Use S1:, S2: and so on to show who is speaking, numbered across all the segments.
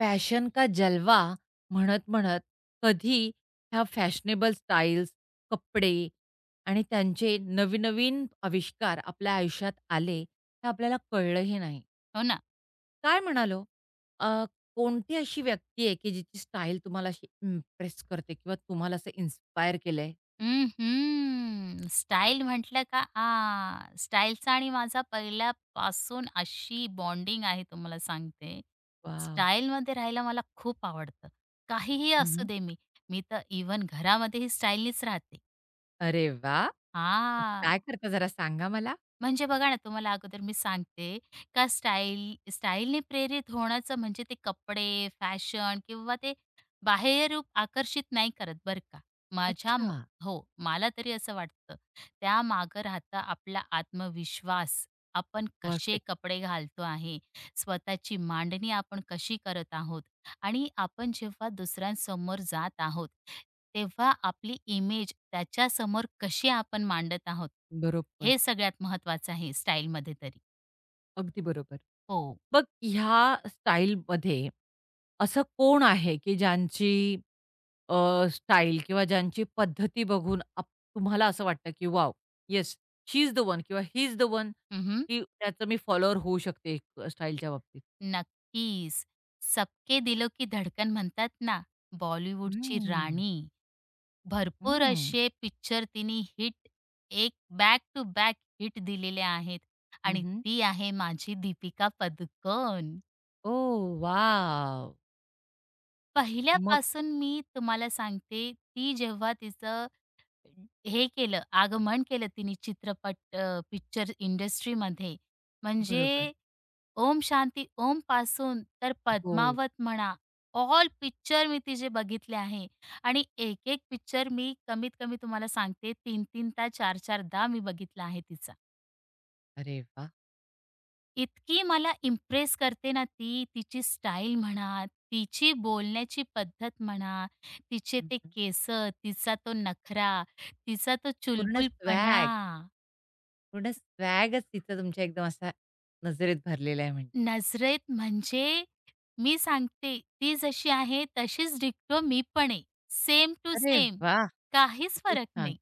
S1: Fashion का जलवा म्हणत-म्हणत कधी ह्या फॅशनेबल स्टाईल्स, कपडे आणि त्यांचे नवीन-नवीन आविष्कार आपल्या आयुष्यात आले, हे आपल्याला कळलंही नाही.
S2: हो ना.
S1: काय म्हणाल ओ? अ, कोणती अशी व्यक्ती आहे, की जिची स्टाईल तुम्हाला अशी इम्प्रेस करते किंवा तुम्हाला असं इन्स्पायर केलंय?
S2: अं, स्टाईल म्हटलं का स्टाईलचा आणि माझा पहिल्यापासून अशी बॉन्डिंग आहे तुम्हाला सांगते.
S1: वॉव!
S2: स्टाईलमध्ये राहायला मला खूप आवडतं. काहीही असू
S1: हं.
S2: दे मी. मी तर इव्हन घरामध्येही स्टाईलनीच राहते.
S1: अरे वाह!
S2: हां.
S1: काय करता जरा सांगा मला?
S2: म्हणजे बघा ना, तुम्हाला अगोदर मी सांगते का स्टाईलने प्रेरित होण्याचं म्हणजे ते कपडे, फॅशन किंवा ते बाह्य रूप आकर्षित नाही करत बरं का. माझ्या
S1: अच्छा.
S2: म हो, मला तरी असं वाटतं. त्यामागं राहता आपला आत्मविश्वास. आपण कसे
S1: परफेक्ट.
S2: कपडे घालतो आहे, स्वतःची मांडणी आपण कशी करत आहोत. आणि आपण जेव्हा दुसऱ्यांसमोर जात आहोत, तेव्हा आपली इमेज त्याच्यासमोर कशी आपण मांडत आहोत,
S1: बरोबर.
S2: हे सगळ्यात महत्त्वाचं आहे स्टाईलमध्ये तरी.
S1: अगदी बरोबर.
S2: हो.
S1: बघ ह्या स्टाईलमध्ये असं कोण आहे, की ज्यांची अ, स्टाईल किंवा ज्यांची पद्धती बघून आप तुम्हाला असं वाटतं, की wow! Yes, she is the one किंवा ही इज द वन,
S2: हं, हं.
S1: की त्याचं मी फॉलोवर होऊ शकते स्टाईलच्या बाबतीत?
S2: नक्कीच. सबके दिलों की धडकन म्हणतात ना, बॉलिवूडची
S1: हम्म.
S2: राणी. भरपूर
S1: हं.
S2: असे पिक्चर तिने हिट एक बॅक टू बॅक हिट दिलेले आहेत
S1: हं,
S2: आणि
S1: हं.
S2: ती आहे माझी दीपिका पदुकोण.
S1: ओह. मग
S2: पहिल्यापासून मी तुम्हाला सांगते, ती जेव्हा तिचं हे केलं, आगमन केलं तिने चित्रपट पिक्चर इंडस्ट्रीमध्ये.
S1: बरोबर.
S2: म्हणजे ओम शांती ओम पासून तर
S1: हो.
S2: पद्मावत म्हणा, ऑल पिक्चर मी तिचे बघितले आहे आणि एक-एक पिक्चर मी कमीत कमी तुम्हाला सांगते 3-3 ता 4-4दा मी बघितला आहे तिचा.
S1: अरे वाह!
S2: इतकी मला इम्प्रेस करते ना ती, तिची स्टाईल म्हणा, तिची बोलण्याची पद्धत म्हणा, तिचे ते
S1: हं.
S2: केस, तिचा तो नखरा, तिचा तो
S1: पूर्ण
S2: चुलबुलपणा.
S1: स्वॅग, पूर्ण स्वॅगच तिथं तुमच्या एकदम असा नजरेत भरलेला आहे म्हणजे.
S2: नजरेत म्हणजे मी सांगते, ती जशी आहे तशीच डिक्टो मी पण आहे. सेम टू
S1: अरे
S2: सेम.
S1: वाह!
S2: काहीच
S1: किती
S2: फरक
S1: छान.
S2: नाही.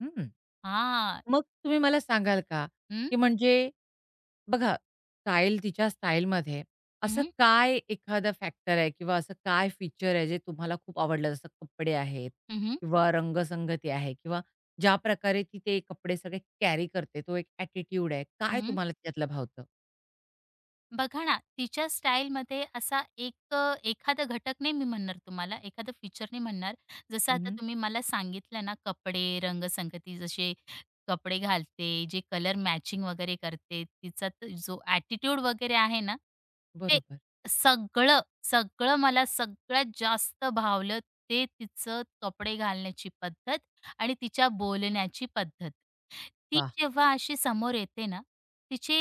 S1: हं.
S2: हां.
S1: मग तुम्ही मला सांगाल का,
S2: हं,
S1: की म्हणजे बघा स्टाईल तिच्या स्टाईलमध्ये असं
S2: हं,
S1: काय एखादा फॅक्टर आहे किंवा असं काय फीचर आहे जे तुम्हाला खूप आवडलं? जसं कपडे आहेत
S2: हं,
S1: किंवा रंगसंगती आहे किंवा ज्या प्रकारे ती ते कपडे सगळे कॅरी करते, तो एक ॲटिट्यूड आहे. काय
S2: हं.
S1: तुम्हाला त्यातलं भावतं?
S2: बघा ना, तिच्या स्टाईलमध्ये असा एक एखादा घटक नाही मी म्हणणार तुम्हाला, एखादं फीचर नाही म्हणणार. जसं आता
S1: हं.
S2: तुम्ही मला सांगितलं ना, कपडे, रंगसंगती जसे कपडे घालते, जे कलर मॅचिंग वगैरे करते, तिचा जो ॲटिट्यूड वगैरे आहे ना, ते
S1: बरोबर.
S2: सगळं मला सगळ्यात जास्त भावलं ते तिचं कपडे घालण्याची पद्धत आणि तिच्या बोलण्याची पद्धत. ती
S1: वाह!
S2: जेव्हा अशी समोर येते ना, तिचे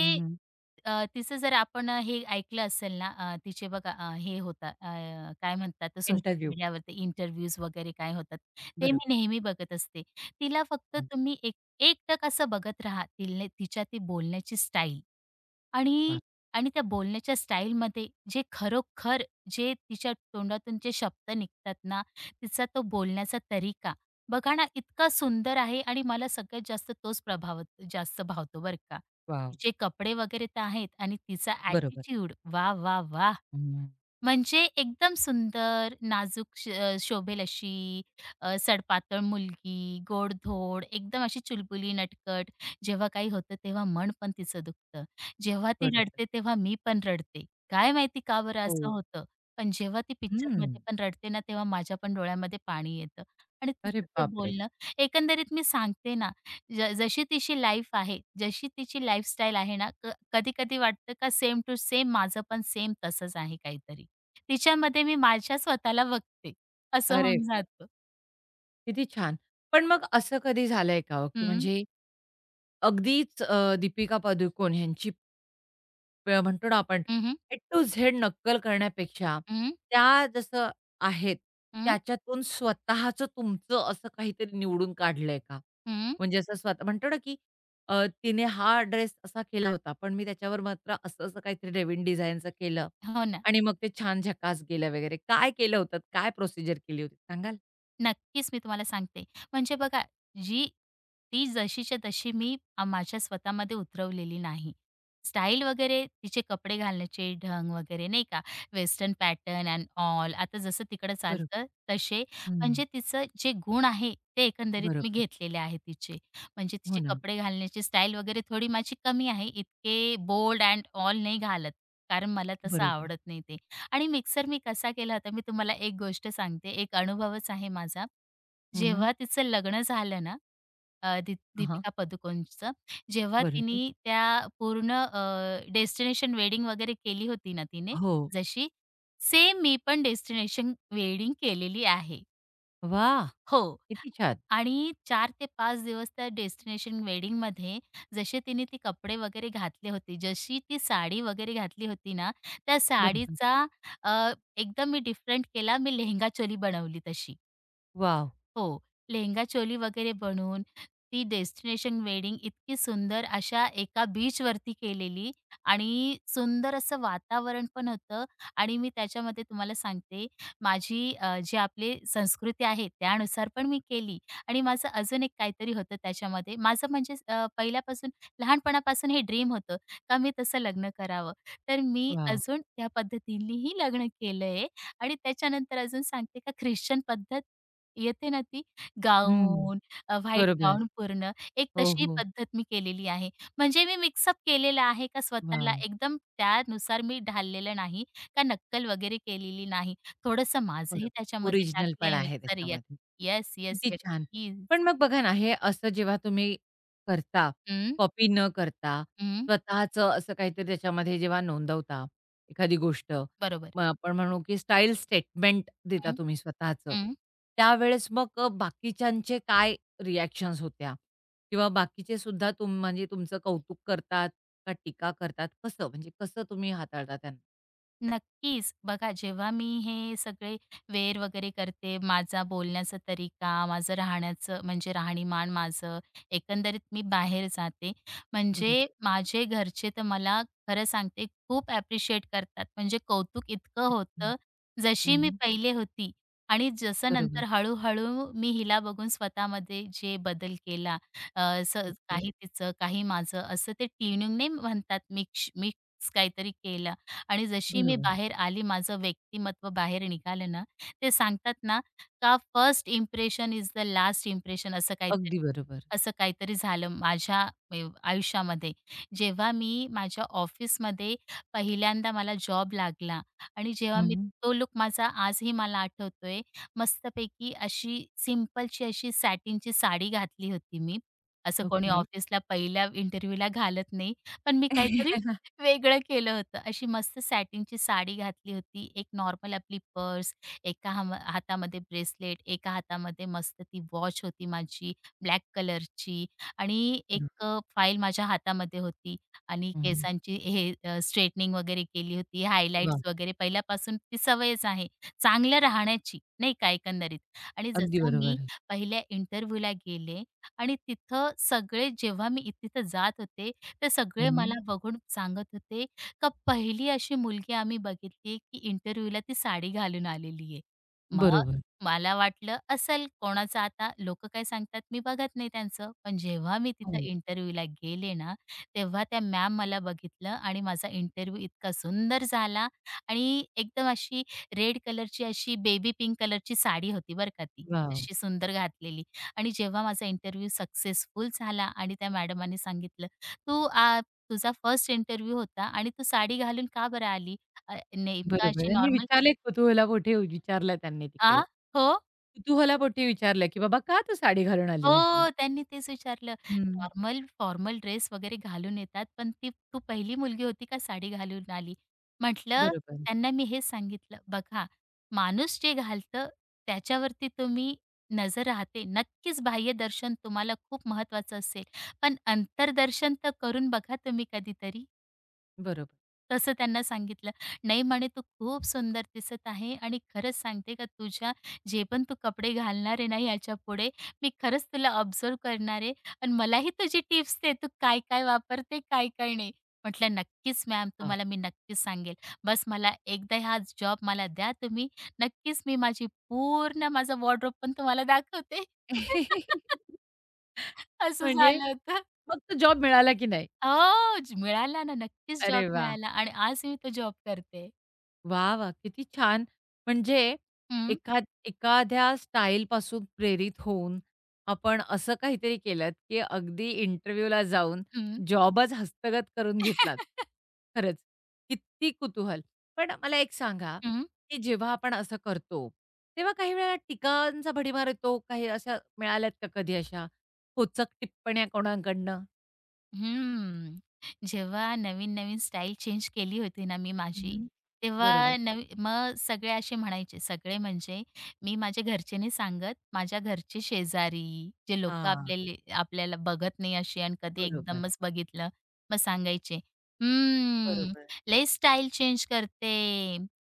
S2: तिचं जर आपण हे ऐकलं असेल ना, तिचे बघा हे होतात काय म्हणतात सोशल
S1: इंटरव्ह्यू.
S2: मीडियावरती इंटरव्ह्यूज वगैरे काय होतात, ते
S1: बरोबर.
S2: मी नेहमी बघत असते. तिला फक्त
S1: वाह!
S2: तुम्ही एक एकटक असं बघत राहा. तिला तिच्या ती बोलण्याची स्टाईल.
S1: वाह!
S2: आणि आणि त्या बोलण्याच्या स्टाईलमध्ये जे खरोखर जे तिच्या तोंडातून जे शब्द निघतात ना, तिचा तो बोलण्याचा तरीका बघा ना, इतका सुंदर आहे आणि मला सगळ्यात जास्त तोच प्रभाव जास्त भावतो बरं का.
S1: वॉव!
S2: तिचे कपडे वगैरे तर आहेत आणि तिचा
S1: बरोबर.
S2: ॲटिट्यूड वाह, वाह, वाह!
S1: हं.
S2: म्हणजे एकदम सुंदर, नाजूक शोभेल अशी सडपातळ मुलगी, गोडधोड, एकदम अशी चुलबुली, नटखट. जेव्हा काही होतं तेव्हा मन पण तिचं दुखतं. जेव्हा ती
S1: बरोबर.
S2: रडते तेव्हा मी पण रडते. काय माहिती का बरं असं
S1: हो.
S2: होतं? पण जेव्हा ती
S1: हं.
S2: पिक्चरमध्ये पण रडते ना, तेव्हा माझ्या पण डोळ्यामध्ये पाणी येतं आणि
S1: अरे
S2: तिचं ते
S1: बापरे!
S2: बोलणं एकंदरीत मी सांगते ना, जशी तिची लाईफ आहे, जशी तिची लाईफस्टाईल आहे ना, कधी-कधी वाटतं का सेम टू सेम माझं पण सेम तसंच आहे काहीतरी. तिच्यामध्ये मी माझ्या स्वतःला बघते, असं
S1: अरे
S2: होऊन जातं.
S1: किती छान. पण मग असं कधी झालंय का हो, की
S2: हं.
S1: म्हणजे अगदीच दीपिका पादुकोण ह्यांची म्हणतो ना आपण
S2: हं, हं.
S1: ए टू झेड नक्कल करण्यापेक्षा
S2: हं,
S1: त्या जसं आहेत,
S2: हं,
S1: त्याच्यातून स्वतःचं तुमचं असं काहीतरी निवडून काढलंय का?
S2: हं.
S1: म्हणजे असं स्वतः म्हणतो ना, की तिने हा ड्रेस असा केला होता, पण मी त्याच्यावर मात्र असं-असं काहीतरी नवीन डिझाइनचं केलं
S2: हो ना.
S1: आणि मग ते छान झकास गेलं वगैरे. काय केलं होतं? काय प्रोसिजर केली होती? सांगाल?
S2: नक्कीच, मी तुम्हाला सांगते. म्हणजे बघा, जी ती जशीच्या तशी मी माझ्या स्वतःमध्ये उतरवलेली नाही. स्टाईल वगैरे, तिचे कपडे घालण्याचे ढंग वगैरे नाही का, वेस्टर्न पॅटर्न एंड ऑल आता जसं तिकडं
S1: बरोबर.
S2: चालतं तसे.
S1: हं.
S2: म्हणजे तिचं जे गुण आहे, ते एकंदरीत मी
S1: बरोबर.
S2: घेतलेले आहे तिचे. म्हणजे
S1: हो
S2: तिचे
S1: ना.
S2: कपडे घालण्याची स्टाईल वगैरे थोडी माझी कमी आहे. इतके बोल्ड एंड ऑल नाही घालत, कारण मला तसं
S1: बरोबर.
S2: आवडत नाही ते. आणि मिक्सर मी कसा केला होता, मी तुम्हाला एक गोष्ट सांगते, एक अनुभवच आहे माझा.
S1: हं, हं.
S2: जेव्हा तिचं लग्न झालं ना, अ, दी
S1: हां, हां.
S2: दीपिका पदुकोणचं, जेव्हा
S1: बरोबर.
S2: तिने त्या पूर्ण डेस्टिनेशन वेडिंग वगैरे केली होती ना तिने,
S1: हो.
S2: जशी सेम मी पण डेस्टिनेशन वेडिंग केलेली आहे.
S1: वाह!
S2: हो.
S1: किती छान.
S2: आणि 4 ते 5 दिवस त्या डेस्टिनेशन वेडिंगमध्ये जसे तिने ते कपडे वगैरे घातले होते, जशी ती साडी वगैरे घातली होती ना, त्या
S1: बरोबर.
S2: साडीचा अ, एकदम मी डिफरंट केला. मी लेहंगा चोली बनवली तशी.
S1: वॉव!
S2: हो. लेहंगा-चोली वगैरे बनवून ती डेस्टिनेशन वेडिंग इतकी सुंदर अशा एका बीचवरती केलेली आणि सुंदर असं वातावरण पण होतं आणि मी त्याच्यामध्ये तुम्हाला सांगते माझी जी आपली संस्कृती आहे त्यानुसार पण मी केली आणि माझं अजून एक काहीतरी होतं त्याच्यामध्ये. माझं म्हणजे पहिल्यापासून लहानपणापासून हे ड्रीम होतं का मी तसं लग्न करावं. तर मी
S1: वॉव!
S2: अजून त्या पद्धतीनेही लग्न केलंय आणि त्याच्यानंतर अजून सांगते का ख्रिश्चन पद्धत येते ना ती
S1: हं.
S2: गाऊन, व्हाईट
S1: बरोबर.
S2: गाऊन पूर्ण. एक
S1: हो,
S2: तशी
S1: हो.
S2: पद्धत मी केलेली आहे. म्हणजे मी मिक्सअप केलेला आहे का स्वतःला
S1: वॉव!
S2: एकदम त्यानुसार मी ढाललेलं नाही, का नक्कल वगैरे केलेली नाही. थोडंसं माझंही
S1: बरोबर.
S2: त्याच्यामध्ये
S1: ओरिजिनल पण
S2: टाकलंय
S1: आहे
S2: मिक्सर य
S1: त्याच्यामध्ये.
S2: येस, येस,
S1: किती
S2: येस.
S1: छान.
S2: प्लीज.
S1: पण मग बघा ना, हे असं जेव्हा तुम्ही करता,
S2: हं,
S1: कॉपी न करता,
S2: हं.
S1: स्वतःचं असं काहीतरी त्याच्यामध्ये जेव्हा नोंदवता एखादी गोष्ट,
S2: बरोबर.
S1: मग आपण म्हणू की स्टाईल स्टेटमेंट देता
S2: हं,
S1: तुम्ही स्वतःचं.
S2: हं.
S1: त्यावेळेस मग बाकीच्यांचे काय रिएक्शन्स होत्या? किंवा बाकीचे सुद्धा तुम म्हणजे तुमचं कौतुक करतात का टीका करतात? कसं म्हणजे कसं तुम्ही हाताळता त्यांना?
S2: नक्कीच. बघा जेव्हा मी हे सगळे वेर वगैरे करते, माझा बोलण्याचा तरीका, माझं राहण्याचं म्हणजे राहणीमान माझं, एकंदरीत मी बाहेर जाते. म्हणजे
S1: बरोबर.
S2: माझे घरचे तर मला खरं सांगते खूप ॲप्रिशिएट करतात. म्हणजे कौतुक इतकं
S1: हं.
S2: होतं, जशी मी पहिले होती आणि जसं
S1: बरोबर.
S2: नंतर हळू मी हिला बघून स्वतःमध्ये जे बदल केला, अ, स
S1: ओके.
S2: काही तिचं, काही माझं असं ते ट्युनिंग नाही म्हणतात मिक्स काहीतरी केलं. आणि जशी मी
S1: बरोबर.
S2: बाहेर आली, माझं व्यक्तिमत्व बाहेर निघालं ना, ते सांगतात ना, का first impression is the last impression असं
S1: अगदी
S2: काहीतरी.
S1: बरोबर.
S2: असं काहीतरी झालं माझ्या आयुष्यामध्ये. जेव्हा मी माझ्या ऑफिसमध्ये पहिल्यांदा मला जॉब लागला आणि
S1: हं,
S2: जेव्हा मी
S1: हं.
S2: तो लूक माझा आजही मला आठवतोय. मस्तपैकी अशी सिंपलची अशी सॅटिनची साडी घातली होती मी. असं कोणी
S1: ओके.
S2: ऑफिसला पहिल्या इंटरव्ह्यूला घालत नाही. पण मी काहीतरी वेगळं केलं होतं. अशी मस्त सॅटिनची साडी घातली होती. एक नॉर्मल आपली पर्स, एका हातामध्ये ब्रेसलेट, एका हातामध्ये मस्त ती वॉच होती माझी ब्लॅक कलरची आणि एक
S1: बरोबर.
S2: फाईल माझ्या हातामध्ये होती आणि
S1: हं.
S2: केसांची हे स्ट्रेटनिंग वगैरे केली होती,
S1: वाह!
S2: हायलाइट्स वगैरे पहिल्यापासून ती सवयच आहे. चांगलं राहण्याची, नाही का एकंदरीत. आणि
S1: अगदी
S2: जसं मी
S1: बरोबर.
S2: पहिल्या इंटरव्ह्यूला गेले आणि तिथं सगळे जेव्हा मी तिथं जात होते, ते सगळे
S1: हं,
S2: मला
S1: हं.
S2: बघून सांगत होते का पहिली अशी मुलगी आम्ही बघितली की इंटरव्ह्यूला ती साडी घालून आलेली आहे. मग
S1: बरोबर.
S2: मला वाटलं असेल कोणाचं आता लोक काय सांगतात मी बघत नाही त्यांचं. पण जेव्हा मी तिथं
S1: हो.
S2: इंटरव्ह्यूला गेले ना, तेव्हा त्या मॅम मला बघितलं आणि माझा इंटरव्ह्यू इतका सुंदर झाला आणि एकदम अशी रेड कलरची अशी बेबी पिंक कलरची साडी होती बरं का ती.
S1: वॉव!
S2: अशी सुंदर घातलेली आणि जेव्हा माझा इंटरव्ह्यू सक्सेसफुल झाला आणि त्या मॅडमांनी सांगितलं तू आ, तुझा फर्स्ट इंटरव्ह्यू होता आणि तू साडी घालून का बरं आली? नेमकं
S1: बरोबर.
S2: अशी
S1: त्यांनी
S2: नॉर्मल
S1: विचारले कुतूहलापोटी विचारलं त्यांनी
S2: आ?
S1: तिकडे.
S2: हो,
S1: कुतूहलापोटी विचारलं, की "बाबा का तू साडी घालून आलीस अशी?"
S2: हो. त्यांनी तेच विचारलं.
S1: हं.
S2: नॉर्मल फॉर्मल ड्रेस वगैरे घालून येतात, पण ती तू पहिली मुलगी होती का साडी घालून आली? म्हटलं
S1: बरोबर.
S2: त्यांना मी हेच सांगितलं, "बघा, माणूस जे घालतं त्याच्यावरती तुम्ही नजर राहते. नक्कीच बाह्यदर्शन तुम्हाला खूप महत्त्वाचं असेल, पण अंतर्दर्शन तर करून बघा तुम्ही कधीतरी."
S1: बरोबर.
S2: तसं त्यांना सांगितलं. नाही म्हणे, "तू खूप सुंदर दिसत आहे आणि खरंच सांगते का तुझ्या जे पण तू कपडे घालणार आहे ना याच्यापुढे, मी खरंच तुला ऑब्झर्व्ह करणार आहे आणि मलाही तुझी टिप्स दे, तू काय-काय वापरते, काय-काय नाही." म्हटलं, "नक्कीच मॅम,
S1: वॉव!
S2: तुम्हाला मी नक्कीच सांगेल. बस मला एकदा हा जॉब मला द्या तुम्ही. नक्कीच मी माझी पूर्ण माझा वॉर्डरोब पण तुम्हाला दाखवते." असं
S1: म्हणजे
S2: झालं होतं.
S1: मग तो जॉब मिळाला की नाही?
S2: हो, मिळाला ना, नक्कीच जॉब
S1: अरे वाह!
S2: मिळाला आणि आज मी तो जॉब करते.
S1: वा, वा, किती छान. म्हणजे
S2: हं.
S1: एखाद एखाद्या स्टाईलपासून प्रेरित होऊन आपण असं काहीतरी केलत, की अगदी इंटरव्ह्यूला जाऊन
S2: हं.
S1: जॉबच हस्तगत करून घेतलात. खरंच किती कुतूहल. पण मला एक सांगा,
S2: हं,
S1: की जेव्हा आपण असं करतो, तेव्हा काही वेळेला टीकांचा भडीमार येतो. काही अशा मिळाल्यात का कधी अशा खोचक टिप्पण्या कोणाकडनं?
S2: हं. जेव्हा नवीन-नवीन स्टाईल चेंज केली होती ना मी माझी,
S1: हं. बरोबर.
S2: तेव्हा मग सगळे असे म्हणायचे, सगळे म्हणजे मी माझ्या घरचे नाही सांगत, माझ्या घरचे शेजारी जे लोकं
S1: हां.
S2: आपल्याला बघत नाही अशी आणि कधी
S1: बरोबर.
S2: एकदमच बघितलं, मग सांगायचे, "हम्म,
S1: बरोबर.
S2: लई स्टाईल चेंज करते,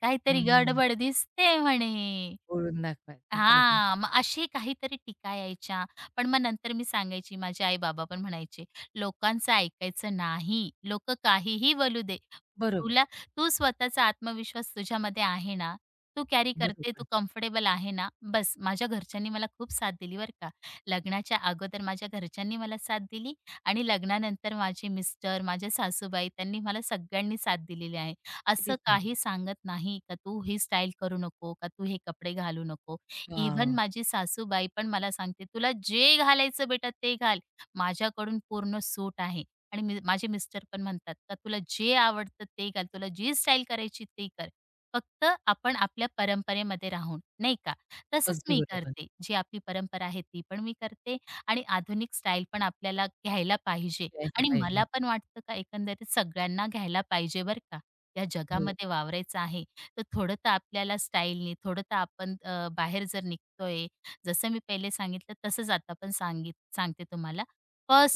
S2: काहीतरी
S1: हं,
S2: गडबड दिसते म्हणे."
S1: बोलून दाखवायचे. बरोबर.
S2: हां, मग अशी काहीतरी टीका यायच्या. पण मग नंतर मी सांगायची, माझे आई-बाबा पण म्हणायचे, "लोकांचं ऐकायचं नाही. लोकं काहीही बोलू दे.
S1: बरोबर,
S2: तुला तू स्वतःचा आत्मविश्वास तुझ्यामध्ये आहे ना? तू कॅरी करते, तू
S1: बरोबर.
S2: कम्फर्टेबल आहे ना?" बस माझ्या घरच्यांनी मला खूप साथ दिली बरं का. लग्नाच्या अगोदर माझ्या घरच्यांनी मला साथ दिली आणि लग्नानंतर माझे मिस्टर, माझ्या सासूबाई त्यांनी मला सगळ्यांनी साथ दिलेली आहे.
S1: किती
S2: असं
S1: छान.
S2: काही सांगत नाही का, "तू ही स्टाईल करू नको, का तू हे कपडे घालू नको." इव्हन
S1: वाह!
S2: माझी सासूबाई पण मला सांगते, "तुला जे घालायचं बेटा ते घाल. माझ्याकडून पूर्ण सूट आहे." आणि मी माझे मिस्टर पण म्हणतात, "का तुला जे आवडतं ते घाल. तुला जी स्टाईल करायची ते कर. फक्त आपण आपल्या परंपरेमध्ये राहून." नाही का? तसंच
S1: अगदी
S2: मी
S1: बरोबर.
S2: करते. जी आपली परंपरा आहे ती पण मी करते आणि आधुनिक स्टाईल पण आपल्याला घ्यायला पाहिजे
S1: यायला
S2: आणि
S1: पाहिजे.
S2: मला पण वाटतं का एकंदरीत सगळ्यांना घ्यायला पाहिजे बरं का. या
S1: हो.
S2: जगामध्ये वावरायचं आहे तर थोडं तर आपल्याला स्टाईलनी, थोडं तर आपण बाहेर जर निघतोय, जसं मी पहिले सांगितलं तसंच आता पण सांगते तुम्हाला.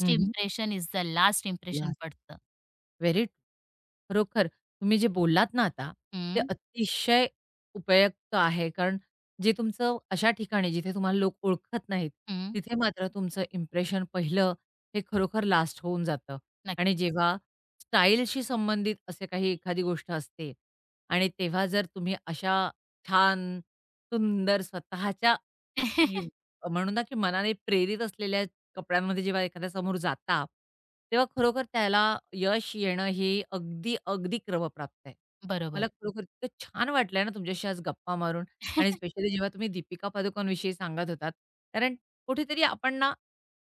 S1: हं, हं.
S2: Impression is the last impression पडतं.
S1: Very true. खरोखर तुम्ही जे बोललात ना आता, ते
S2: हं,
S1: अतिशय उपयुक्त आहे. कारण जे तुमचं अशा ठिकाणी जिथे तुम्हाला लोक ओळखत नाहीत,
S2: हं.
S1: तिथे मात्र तुमचं इम्प्रेशन पहिलं हे खरोखर लास्ट होऊन जातं. आणि
S2: नक्कीच.
S1: जेव्हा स्टाईलशी संबंधित असे काही एखादी गोष्ट असते आणि तेव्हा जर तुम्ही अशा छान, सुंदर स्वतःच्या यु म्हणू ना, की मनाने प्रेरित असलेल्या कपड्यांमध्ये जेव्हा एखाद्या समोर जाता, तेव्हा खरोखर त्याला यश येणं हे अगदी, अगदी क्रमप्राप्त आहे. मला
S2: बरोबर.
S1: खरोखर इतकं छान वाटलंय ना तुमच्याशी आज गप्पा मारून आणि स्पेशली जेव्हा तुम्ही दीपिका पादुकोणविषयी सांगत होतात, कारण कुठेतरी आपण ना,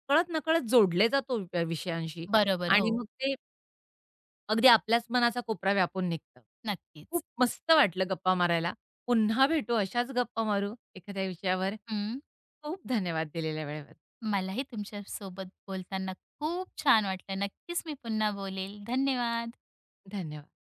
S1: कळत-नकळत जोडले जातो त्या विषयांशी
S2: बरोबर.
S1: आणि
S2: हो,
S1: मग ते अगदी आपल्याच मनाचा कोपरा व्यापून निघतं. खूप
S2: नक्कीच.
S1: मस्त वाटलं गप्पा मारायला. पुन्हा भेटू, अशाच गप्पा मारू एखाद्या विषयावर.
S2: हं.
S1: खूप धन्यवाद दिलेल्या वेळेवर.
S2: मलाही तुमच्यासोबत बोलताना खूप छान वाटलं. नक्कीच मी पुन्हा बोलेल. धन्यवाद.
S1: धन्यवाद.